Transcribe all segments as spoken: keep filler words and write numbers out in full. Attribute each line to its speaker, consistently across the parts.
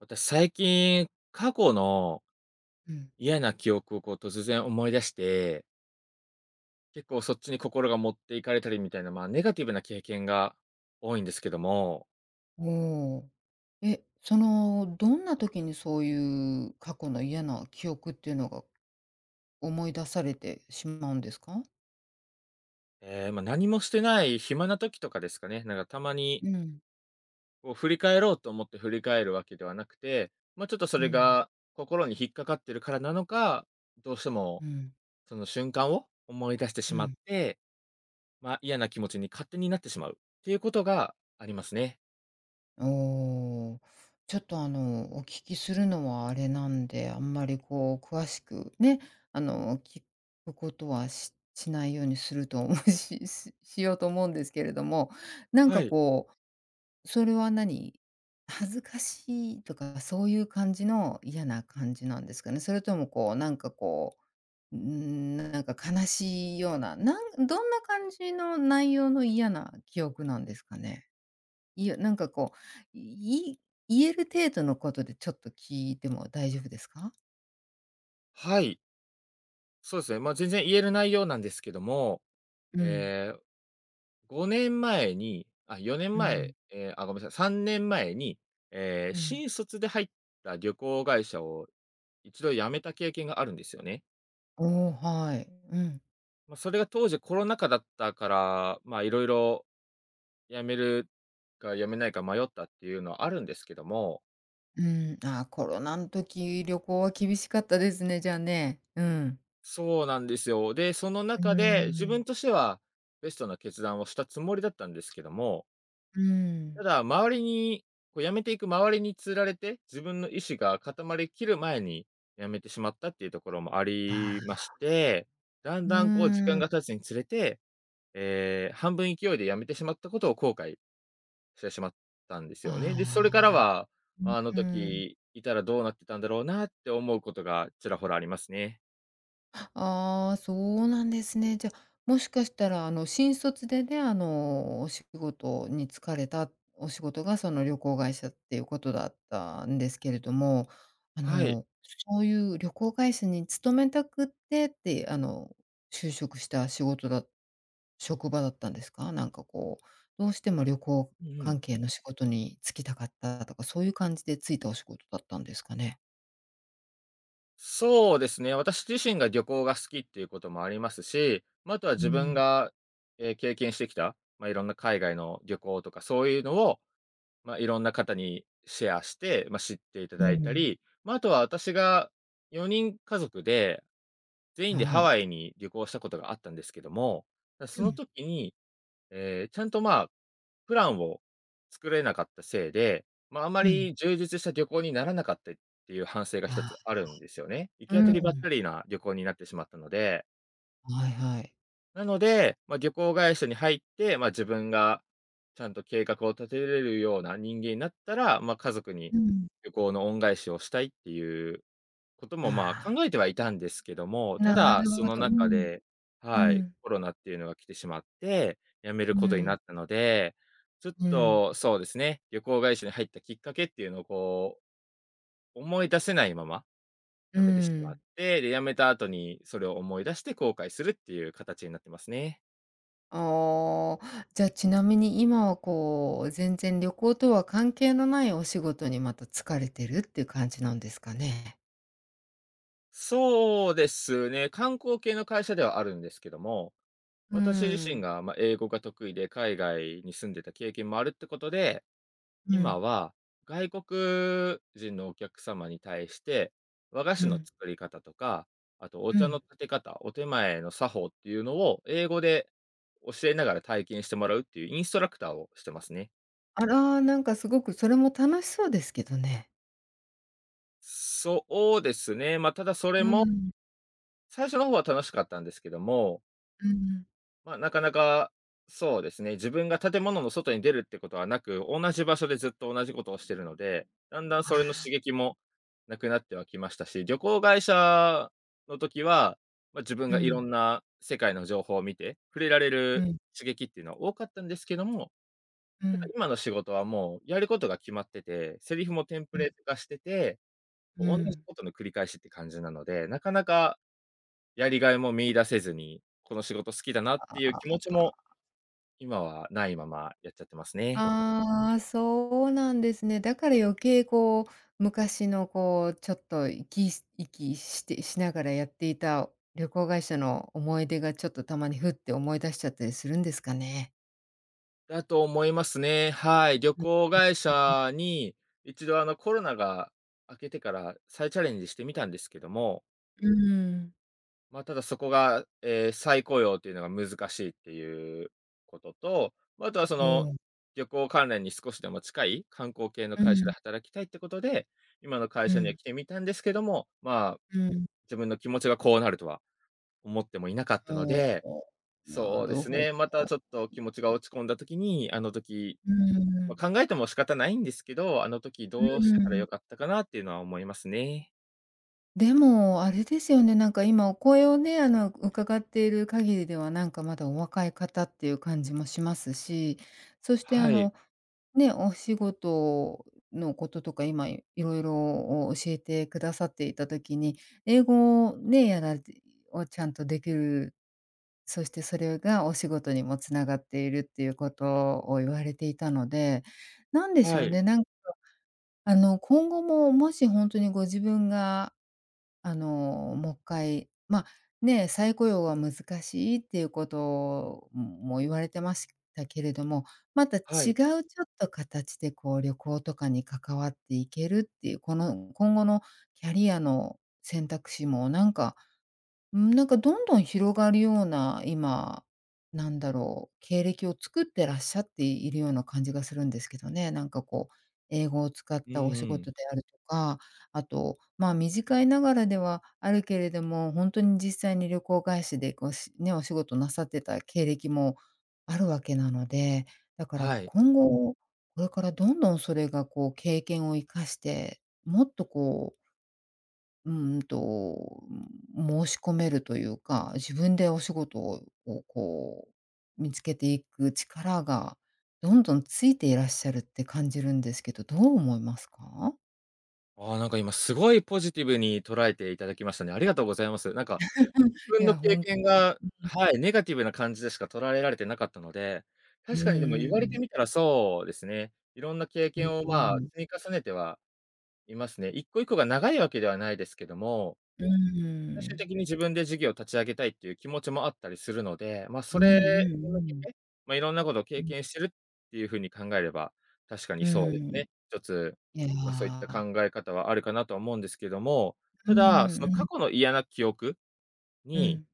Speaker 1: 私最近、過去の
Speaker 2: うん。
Speaker 1: 嫌な記憶をこう突然思い出して、結構そっちに心が持っていかれたりみたいな、まあ、ネガティブな経験が多いんですけども、
Speaker 2: おお。え、その、どんな時にそういう過去の嫌な記憶っていうのが思い出されてしまうんですか？
Speaker 1: ええ、まあ、何もしてない暇な時とかですかね。なんかたまに
Speaker 2: うん、
Speaker 1: こう振り返ろうと思って振り返るわけではなくて、まあ、ちょっとそ
Speaker 2: う
Speaker 1: れ
Speaker 2: ん、
Speaker 1: が心に引っかかってるからなのか、どうしても
Speaker 2: うん。
Speaker 1: その瞬間を思い出してし
Speaker 2: う
Speaker 1: まっ
Speaker 2: ん。
Speaker 1: て、まあ、嫌な気持ちに勝手になってしまうっていうことがありますね。
Speaker 2: おお。ちょっと、あの、お聞きするのはあれなんで、あんまりこう詳しくね、あの、聞くことはししないようにすると思うしししようと思うんですけれども、なん
Speaker 1: は
Speaker 2: か
Speaker 1: い。
Speaker 2: こうそれは何？恥ずかしいとか、そういう感じの嫌な感じなんですかね？それともこう、なんかこう、うーん、なんか悲しいような、なんどんな感じの内容の嫌な記憶なんですかね？いや、なんかこう、い言える程度のことでちょっと聞いても大丈夫ですか？
Speaker 1: はい。そうですね、まあ、全然言える内容なんですけども、
Speaker 2: うん、
Speaker 1: えーごねんまえ、ごねんまえに、あ、4
Speaker 2: う
Speaker 1: 年前、
Speaker 2: ん、
Speaker 1: ええ、あ、ごめんなさい、さんねんまえに、ええ、
Speaker 2: うん。
Speaker 1: 新卒で入った旅行会社を一度辞めた経験があるんですよね。
Speaker 2: おお、はい。うん。
Speaker 1: まあ、それが当時コロナ禍だったから、まあ、色々辞めるか辞めないか迷ったっていうのはあるんですけども。
Speaker 2: うん、あー、コロナの時、旅行は厳しかったですね、じゃあね。うん。
Speaker 1: そうなんですよ。で、その
Speaker 2: うー
Speaker 1: 中で自
Speaker 2: ん。
Speaker 1: 分としてはベストな決断をしたつもりだったんですけども、
Speaker 2: う
Speaker 1: た
Speaker 2: ん。
Speaker 1: だ、周りに、こう辞めていく周りに釣られて、自分の意志が固まりきる前に辞めてしまったっていうところもあ
Speaker 2: あ
Speaker 1: りま
Speaker 2: あ。
Speaker 1: して、だん
Speaker 2: う
Speaker 1: だんこう時間
Speaker 2: ーん。
Speaker 1: が経つにつれて、えー半分勢いで辞めてしまったことを後悔してしまったんですよね。で、そ
Speaker 2: あ
Speaker 1: れから
Speaker 2: あ。
Speaker 1: は、あの
Speaker 2: うん。
Speaker 1: 時いたらどうなってたんだろうなって思うことがちらほらありますね。
Speaker 2: ああ、そうなんですね。じゃ、もしかしたら、あの、新卒でね、あの、お仕事に就かれたお仕事が、その、旅行会社っていうことだったんですけれども、あ
Speaker 1: はい。
Speaker 2: の、そういう旅行会社に勤めたくってって、あの、就職した仕事だ職場だったんですか？なんかこう、どうしても旅行
Speaker 1: うんうん。
Speaker 2: 関係の仕事に就きたかったとか、そういう感じで就いたお仕事だったんですかね？
Speaker 1: そうですね、私自身が旅行が好きっていうこともありますし、まあ、あとは
Speaker 2: う
Speaker 1: 自分
Speaker 2: ん、
Speaker 1: が、えー経験してきた、まあ、いろんな海外の旅行とかそういうのを、まあ、いろんな方にシェアして、まあ、知っていた
Speaker 2: う
Speaker 1: だいた
Speaker 2: ん。
Speaker 1: り、まあ、あとは私がよにん家族で、全員で
Speaker 2: は
Speaker 1: ハワ
Speaker 2: い。
Speaker 1: イに旅行したことがあったんですけども、そ
Speaker 2: う
Speaker 1: の
Speaker 2: ん、
Speaker 1: 時に、ええ、ちゃんと、まあ、プランを作れなかったせいで、まあ、あま
Speaker 2: うん。
Speaker 1: り充実した旅行にならなかったっていう反省が一つ
Speaker 2: あ
Speaker 1: あるんですよね。行
Speaker 2: あ、
Speaker 1: き
Speaker 2: う
Speaker 1: 当たりばった
Speaker 2: ん。
Speaker 1: りな旅行になってしまったので、
Speaker 2: はいはい。
Speaker 1: なので、まあ、旅行会社に入って、まあ、自分がちゃんと計画を立てれるような人間になったら、まあ、家族に
Speaker 2: うん。
Speaker 1: 旅行の恩返しをしたいっていうことも、まあ、
Speaker 2: あ
Speaker 1: 考えてはいたんですけども、
Speaker 2: あ、
Speaker 1: た
Speaker 2: な
Speaker 1: だ、
Speaker 2: る
Speaker 1: そ
Speaker 2: ほ
Speaker 1: の
Speaker 2: ど。う
Speaker 1: 中
Speaker 2: ん、
Speaker 1: で、
Speaker 2: う
Speaker 1: はい、
Speaker 2: ん、
Speaker 1: コロナっていうのが来てしまって、辞めるこ
Speaker 2: う
Speaker 1: とにな
Speaker 2: ん、
Speaker 1: ったので、ちょっ
Speaker 2: うん、
Speaker 1: と、そうですね、旅行会社に入ったきっかけっていうのを、こう、思い出せないまま
Speaker 2: う
Speaker 1: 辞めてしまっ
Speaker 2: ん。
Speaker 1: て、で、辞めた後にそれを思い出して後悔するっていう形になってますね。
Speaker 2: ああ、じゃあちなみに今はこう、全然旅行とは関係のないお仕事にまた就かれてるっていう感じなんですかね？
Speaker 1: そうですね、観光系の会社ではあるんですけども、
Speaker 2: う
Speaker 1: 私自身
Speaker 2: ん、
Speaker 1: が、ま、英語が得意で、海外に住んでた経験もあるってことで
Speaker 2: う
Speaker 1: 今
Speaker 2: ん。
Speaker 1: は、外国人のお客様に対して、和菓
Speaker 2: う
Speaker 1: 子の
Speaker 2: ん、
Speaker 1: 作り方とか、あとお
Speaker 2: う
Speaker 1: 茶の
Speaker 2: ん。
Speaker 1: 立て方、お手前の作法っていうのを英語で教えながら体験してもらうっていうインストラクターをしてますね。
Speaker 2: あら、なんかすごくそれも楽しそうですけどね。
Speaker 1: そうですね。まあ、ただそれ
Speaker 2: う
Speaker 1: も、
Speaker 2: ん、
Speaker 1: 最初の方は楽しかったんですけども、
Speaker 2: うん。
Speaker 1: まあ、なかなか、そうですね、自分が建物の外に出るってことはなく、同じ場所でずっと同じことをしてるので、だんだん
Speaker 2: あ
Speaker 1: それの
Speaker 2: あ。
Speaker 1: 刺激もなくなってはきましたし、旅行会社の時は、まあ、自分
Speaker 2: う
Speaker 1: がいろ
Speaker 2: ん、
Speaker 1: んな世界の情報を見て、触れられ
Speaker 2: う
Speaker 1: る
Speaker 2: ん、
Speaker 1: 刺激っていうのは多かったんですけども、
Speaker 2: う
Speaker 1: ただ
Speaker 2: ん、
Speaker 1: 今の仕事はもうやることが決まってて、セリフもテンプ
Speaker 2: うん、
Speaker 1: レート化してて、こ
Speaker 2: う
Speaker 1: う同じ
Speaker 2: ん。
Speaker 1: ことの繰り返しって感じなので、なかなかやりがいも見出せずに、この仕事好きだなっ
Speaker 2: あ
Speaker 1: ていう気持ちも
Speaker 2: あ、
Speaker 1: 今はないままやっちゃってますね。
Speaker 2: ああ、そうなんですね。だから余計こう、昔のこう、ちょっと息息してしながらやっていた旅行会社の思い出がちょっとたまにふって思い出しちゃったりするんですかね？
Speaker 1: だと思いますね。はい。旅
Speaker 2: う
Speaker 1: 行会
Speaker 2: ん、うん
Speaker 1: 社に一度あのコロナが明けてから再チャレンジしてみたんですけども、
Speaker 2: うん。
Speaker 1: まあ、ただそこが、えー再雇用というのが難しいっていうことと、ま、ああとはそ
Speaker 2: う
Speaker 1: の、
Speaker 2: ん。
Speaker 1: 旅行関連に少しでも近い観光系の
Speaker 2: う
Speaker 1: 会社で
Speaker 2: ん、
Speaker 1: 働きたいってことで、今の会
Speaker 2: う
Speaker 1: 社には
Speaker 2: ん、
Speaker 1: 来てみたんですけども、まあ、
Speaker 2: うん。
Speaker 1: 自分の気持ちがこうなるとは思ってもいなかったの
Speaker 2: お
Speaker 1: で、
Speaker 2: お、な
Speaker 1: そうで
Speaker 2: る
Speaker 1: す
Speaker 2: ほ
Speaker 1: ね。また
Speaker 2: ど。
Speaker 1: ちょっと気持ちが落ち込んだ時に、あの時、
Speaker 2: うー
Speaker 1: ま
Speaker 2: ん、
Speaker 1: あ、考えても仕方ないんですけど、あの時
Speaker 2: う
Speaker 1: どうし
Speaker 2: ー
Speaker 1: てたらよか
Speaker 2: ん。
Speaker 1: ったかなっていうのは思いますね。
Speaker 2: でも、あれですよね、なんか今お声をね、あの、伺っている限りでは、なんかまだお若い方っていう感じもしますし、そして
Speaker 1: は
Speaker 2: あ
Speaker 1: い。
Speaker 2: の、ね、お仕事のこととか今いろいろ教えてくださっていた時に、英語をね、やられてをちゃんとできる、そしてそれがお仕事にもつながっているっていうことを言われていたので、なんでし
Speaker 1: は
Speaker 2: ょう
Speaker 1: い。
Speaker 2: ね、なんあの、今後ももし本当にご自分が、あの、もう一回、ま、ね、再雇用は難しいっていうことも言われてましたけれども、また違う
Speaker 1: はい。
Speaker 2: ちょっと形でこう旅行とかに関わっていけるっていう、この今後のキャリアの選択肢もなんかうん、なんかどんどん広がるような、今、なんだろう、経歴を作ってらっしゃっているような感じがするんですけどね。なんかこう、英語を使っ
Speaker 1: うん
Speaker 2: たお仕
Speaker 1: うん。
Speaker 2: 事であるとか、あと、まあ、短いながらではあるけれども、ほんとに実際に旅行会社でこう、しね、お仕事なさってた経歴もあるわけなので、だから
Speaker 1: はい。
Speaker 2: 今後、これからどんどんそれがこう経験を生かして、もっとこううーんと、申し込めるというか、自分でお仕事をこう、見つけていく力がどんどんついていらっしゃるって感じるんですけど、どう思いますか？
Speaker 1: ああ、なんか今すごいポジティブに捉えていただきましたね。ありがとうございます。なんか、自
Speaker 2: い
Speaker 1: 分の
Speaker 2: や、
Speaker 1: 経
Speaker 2: ほん
Speaker 1: 験が、はい、ネガティブな感じでしか捉えられてなかったので、
Speaker 2: う
Speaker 1: 確かにでも言
Speaker 2: ー
Speaker 1: われて
Speaker 2: ん、
Speaker 1: みたらそうですね。いろんな経
Speaker 2: う
Speaker 1: 験
Speaker 2: ん
Speaker 1: を
Speaker 2: う
Speaker 1: まあ、
Speaker 2: ん、
Speaker 1: 積み重ねてはいますね。一個一個が長いわけではないですけども、
Speaker 2: うー
Speaker 1: 最終
Speaker 2: ん。
Speaker 1: 的に自分で事業を立ち上げたいっていう気持ちもあったりするので、まあ、そ
Speaker 2: うんう
Speaker 1: れ
Speaker 2: んう
Speaker 1: に向け
Speaker 2: ん。
Speaker 1: て、まあ、いろんなことを
Speaker 2: う
Speaker 1: 経
Speaker 2: ん、
Speaker 1: 験してるっていうふうに考えれば、確かに
Speaker 2: う
Speaker 1: そうです
Speaker 2: ん。い
Speaker 1: ね。一つ、
Speaker 2: や。
Speaker 1: まあ、そういった考え方はあるかなとは思うんですけども、
Speaker 2: う
Speaker 1: ただ、
Speaker 2: ん
Speaker 1: その
Speaker 2: う
Speaker 1: 過
Speaker 2: ん、
Speaker 1: 去の嫌な記憶
Speaker 2: う
Speaker 1: に、
Speaker 2: ん。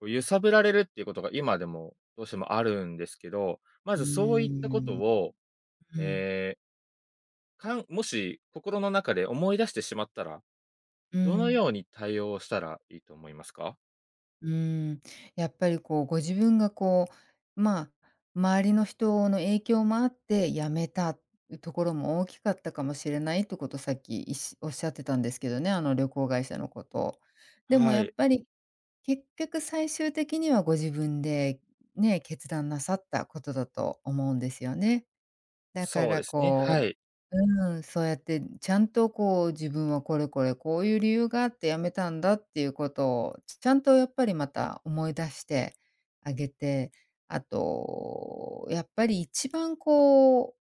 Speaker 1: こう揺さぶられるっていうことが今でもどうしてもあるんですけど、ま
Speaker 2: うー
Speaker 1: ずそういったこと
Speaker 2: ん。
Speaker 1: を、
Speaker 2: うん、
Speaker 1: えーかんもし心の中で思い出してしまったら、
Speaker 2: う
Speaker 1: どの
Speaker 2: ん。
Speaker 1: ように対応したらいいと思いますか？
Speaker 2: うーん、やっぱりこう、ご自分がこう、まあ、周りの人の影響もあって辞めたところも大きかったかもしれないってこと、さっきいしおっしゃってたんですけどね、あの旅行会社のこと。でも
Speaker 1: は
Speaker 2: やっ
Speaker 1: い。
Speaker 2: ぱり、結局最終的にはご自分でね、決断なさったことだと思うんですよね。だか
Speaker 1: そう
Speaker 2: ら
Speaker 1: ですね、
Speaker 2: こ
Speaker 1: は
Speaker 2: う
Speaker 1: い。
Speaker 2: うん、そうやってちゃんとこう自分はこれこれこういう理由があって辞めたんだっていうことを、ちゃんとやっぱりまた思い出してあげて、あと、やっぱり一番こ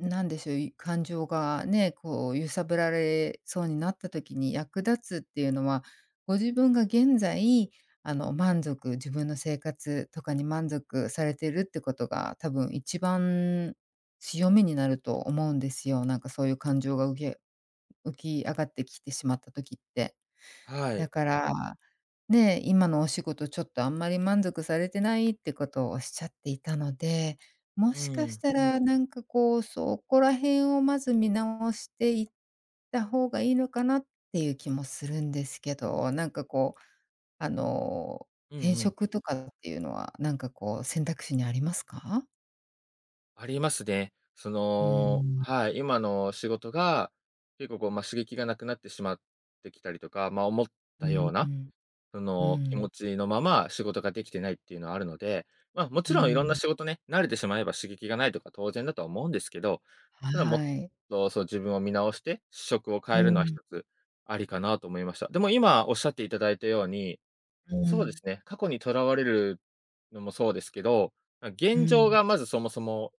Speaker 2: う、なんでしょう、い感情がね、こう揺さぶられそうになった時に役立つっていうのは、ご自分が現在、あの、満足自分の生活とかに満足されてるってことが、多分一番強みになると思うんですよ。なんかそういう感情が浮き浮き上がってきてしまった時って。
Speaker 1: は
Speaker 2: だ
Speaker 1: い。
Speaker 2: から、ね、今のお仕事ちょっとあんまり満足されてないってことをおっしゃっていたので、も
Speaker 1: う
Speaker 2: しかし
Speaker 1: ん。
Speaker 2: たらなんかこう、そこら辺をまず見直していった方がいいのかなっていう気もするんですけど、なんかこう、あの、
Speaker 1: うん
Speaker 2: 転
Speaker 1: うん。
Speaker 2: 職とかっていうのは、なんかこう選択肢にありますか？
Speaker 1: ありますね。そ
Speaker 2: う
Speaker 1: の、
Speaker 2: ん。
Speaker 1: はい、今の仕事が、結構こう、まあ、刺激がなくなってしまってきたりとか、まあ、思っ
Speaker 2: う
Speaker 1: たよ
Speaker 2: ん。
Speaker 1: う
Speaker 2: う
Speaker 1: な、
Speaker 2: ん。
Speaker 1: そ
Speaker 2: う
Speaker 1: の、気
Speaker 2: ん。
Speaker 1: 持ちのまま仕事ができてないっていうのはあるので、まあ、もち
Speaker 2: う
Speaker 1: ろんいろんな
Speaker 2: ん、
Speaker 1: 仕事ね、慣れてしまえば刺激がないとか当然だとは思うんですけど、
Speaker 2: は
Speaker 1: ただもっ
Speaker 2: い。
Speaker 1: と、そう、自分を見直して、職を変
Speaker 2: う
Speaker 1: えるのは一
Speaker 2: ん、
Speaker 1: つありかなと思いました。でも今おっしゃっていただいたように、
Speaker 2: う
Speaker 1: そうで
Speaker 2: ん、
Speaker 1: すね。過去にとらわれるのもそうですけど、ま、
Speaker 2: う
Speaker 1: 現状
Speaker 2: ん、
Speaker 1: がまずそもそも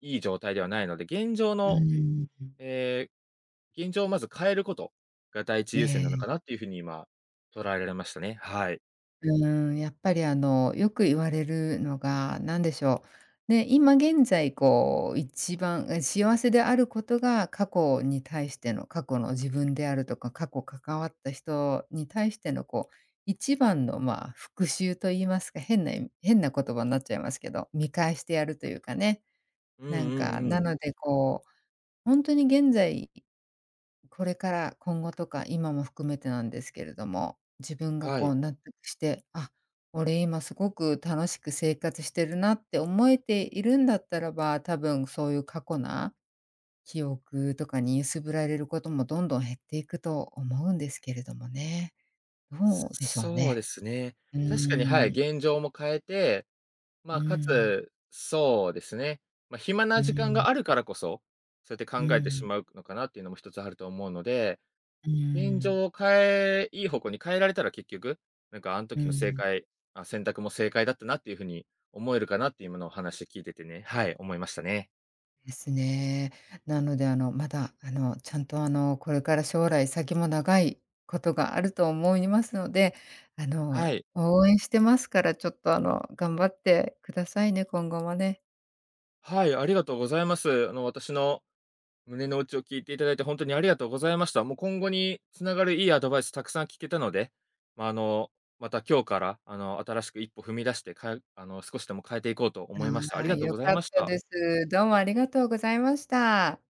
Speaker 1: いい状態ではないので、現状
Speaker 2: う
Speaker 1: の、
Speaker 2: ん。
Speaker 1: えー現状をまず変えることが第一
Speaker 2: え
Speaker 1: 優先なのか
Speaker 2: え、
Speaker 1: なっていうふうに今捉えられましたね。はい。
Speaker 2: うん、やっぱりあの、よく言われるのが、何でしょう、ね、今現在こう一番、え、幸せであることが過去に対しての過去の自分であるとか、過去関わった人に対してのこう、一番の、まあ、復讐と言いますか、変な変な言葉になっちゃいますけど、見返してやるというかね。
Speaker 1: うんうん
Speaker 2: なんか、
Speaker 1: う
Speaker 2: な
Speaker 1: ん。
Speaker 2: のでこう、ほんとに現在これから今後とか今も含めてなんですけれども、自分が
Speaker 1: は
Speaker 2: こ
Speaker 1: い。
Speaker 2: う納得して、あ、俺今すごく楽しく生活してるなって思えているんだったらば、多分そういう過去な記憶とかに揺すぶられることもどんどん減っていくと思うんですけれどもね。どうでしょう
Speaker 1: そうで
Speaker 2: ね。
Speaker 1: すね。
Speaker 2: う
Speaker 1: 確かに、はい、
Speaker 2: ーん。
Speaker 1: 現状も変えて、ま
Speaker 2: うー
Speaker 1: あ、か
Speaker 2: ん。
Speaker 1: つ、そうですね、まあ、暇
Speaker 2: う
Speaker 1: な時
Speaker 2: ー
Speaker 1: 間が
Speaker 2: ん。
Speaker 1: あるからこそ、そうやって
Speaker 2: うー
Speaker 1: 考えてし
Speaker 2: ん。
Speaker 1: まうのかなっていうのも一つあると思うので、
Speaker 2: うー
Speaker 1: 現
Speaker 2: ん。
Speaker 1: 状を変え、いい方向に変えられたら結局、なんかあの
Speaker 2: う
Speaker 1: 時の正
Speaker 2: ーん。
Speaker 1: 解、あ、選択も正解だったなっていうふうに思えるかなって今のお話聞いててね、はい、思いましたね。
Speaker 2: ですね。なので、あの、まだ、あの、ちゃんと、あの、これから将来先も長いことがあると思いますので、あ
Speaker 1: は
Speaker 2: の、
Speaker 1: い。
Speaker 2: 応援してますから、ちょっと、あの、頑張ってくださいね、今後もね。
Speaker 1: はい、ありがとうございます。あの、私の胸の内を聞いていただいて本当にありがとうございました。もう今後に繋がるいいアドバイスたくさん聞けたので、まあ、あの、また今日から、あの、新しく一歩踏み出して、かえあの、少しでも変えていこうと思いました。あ
Speaker 2: あ
Speaker 1: り
Speaker 2: あ、
Speaker 1: がとう
Speaker 2: 良
Speaker 1: ござい
Speaker 2: かっ
Speaker 1: まし
Speaker 2: た
Speaker 1: た。
Speaker 2: です。どうもありがとうございました。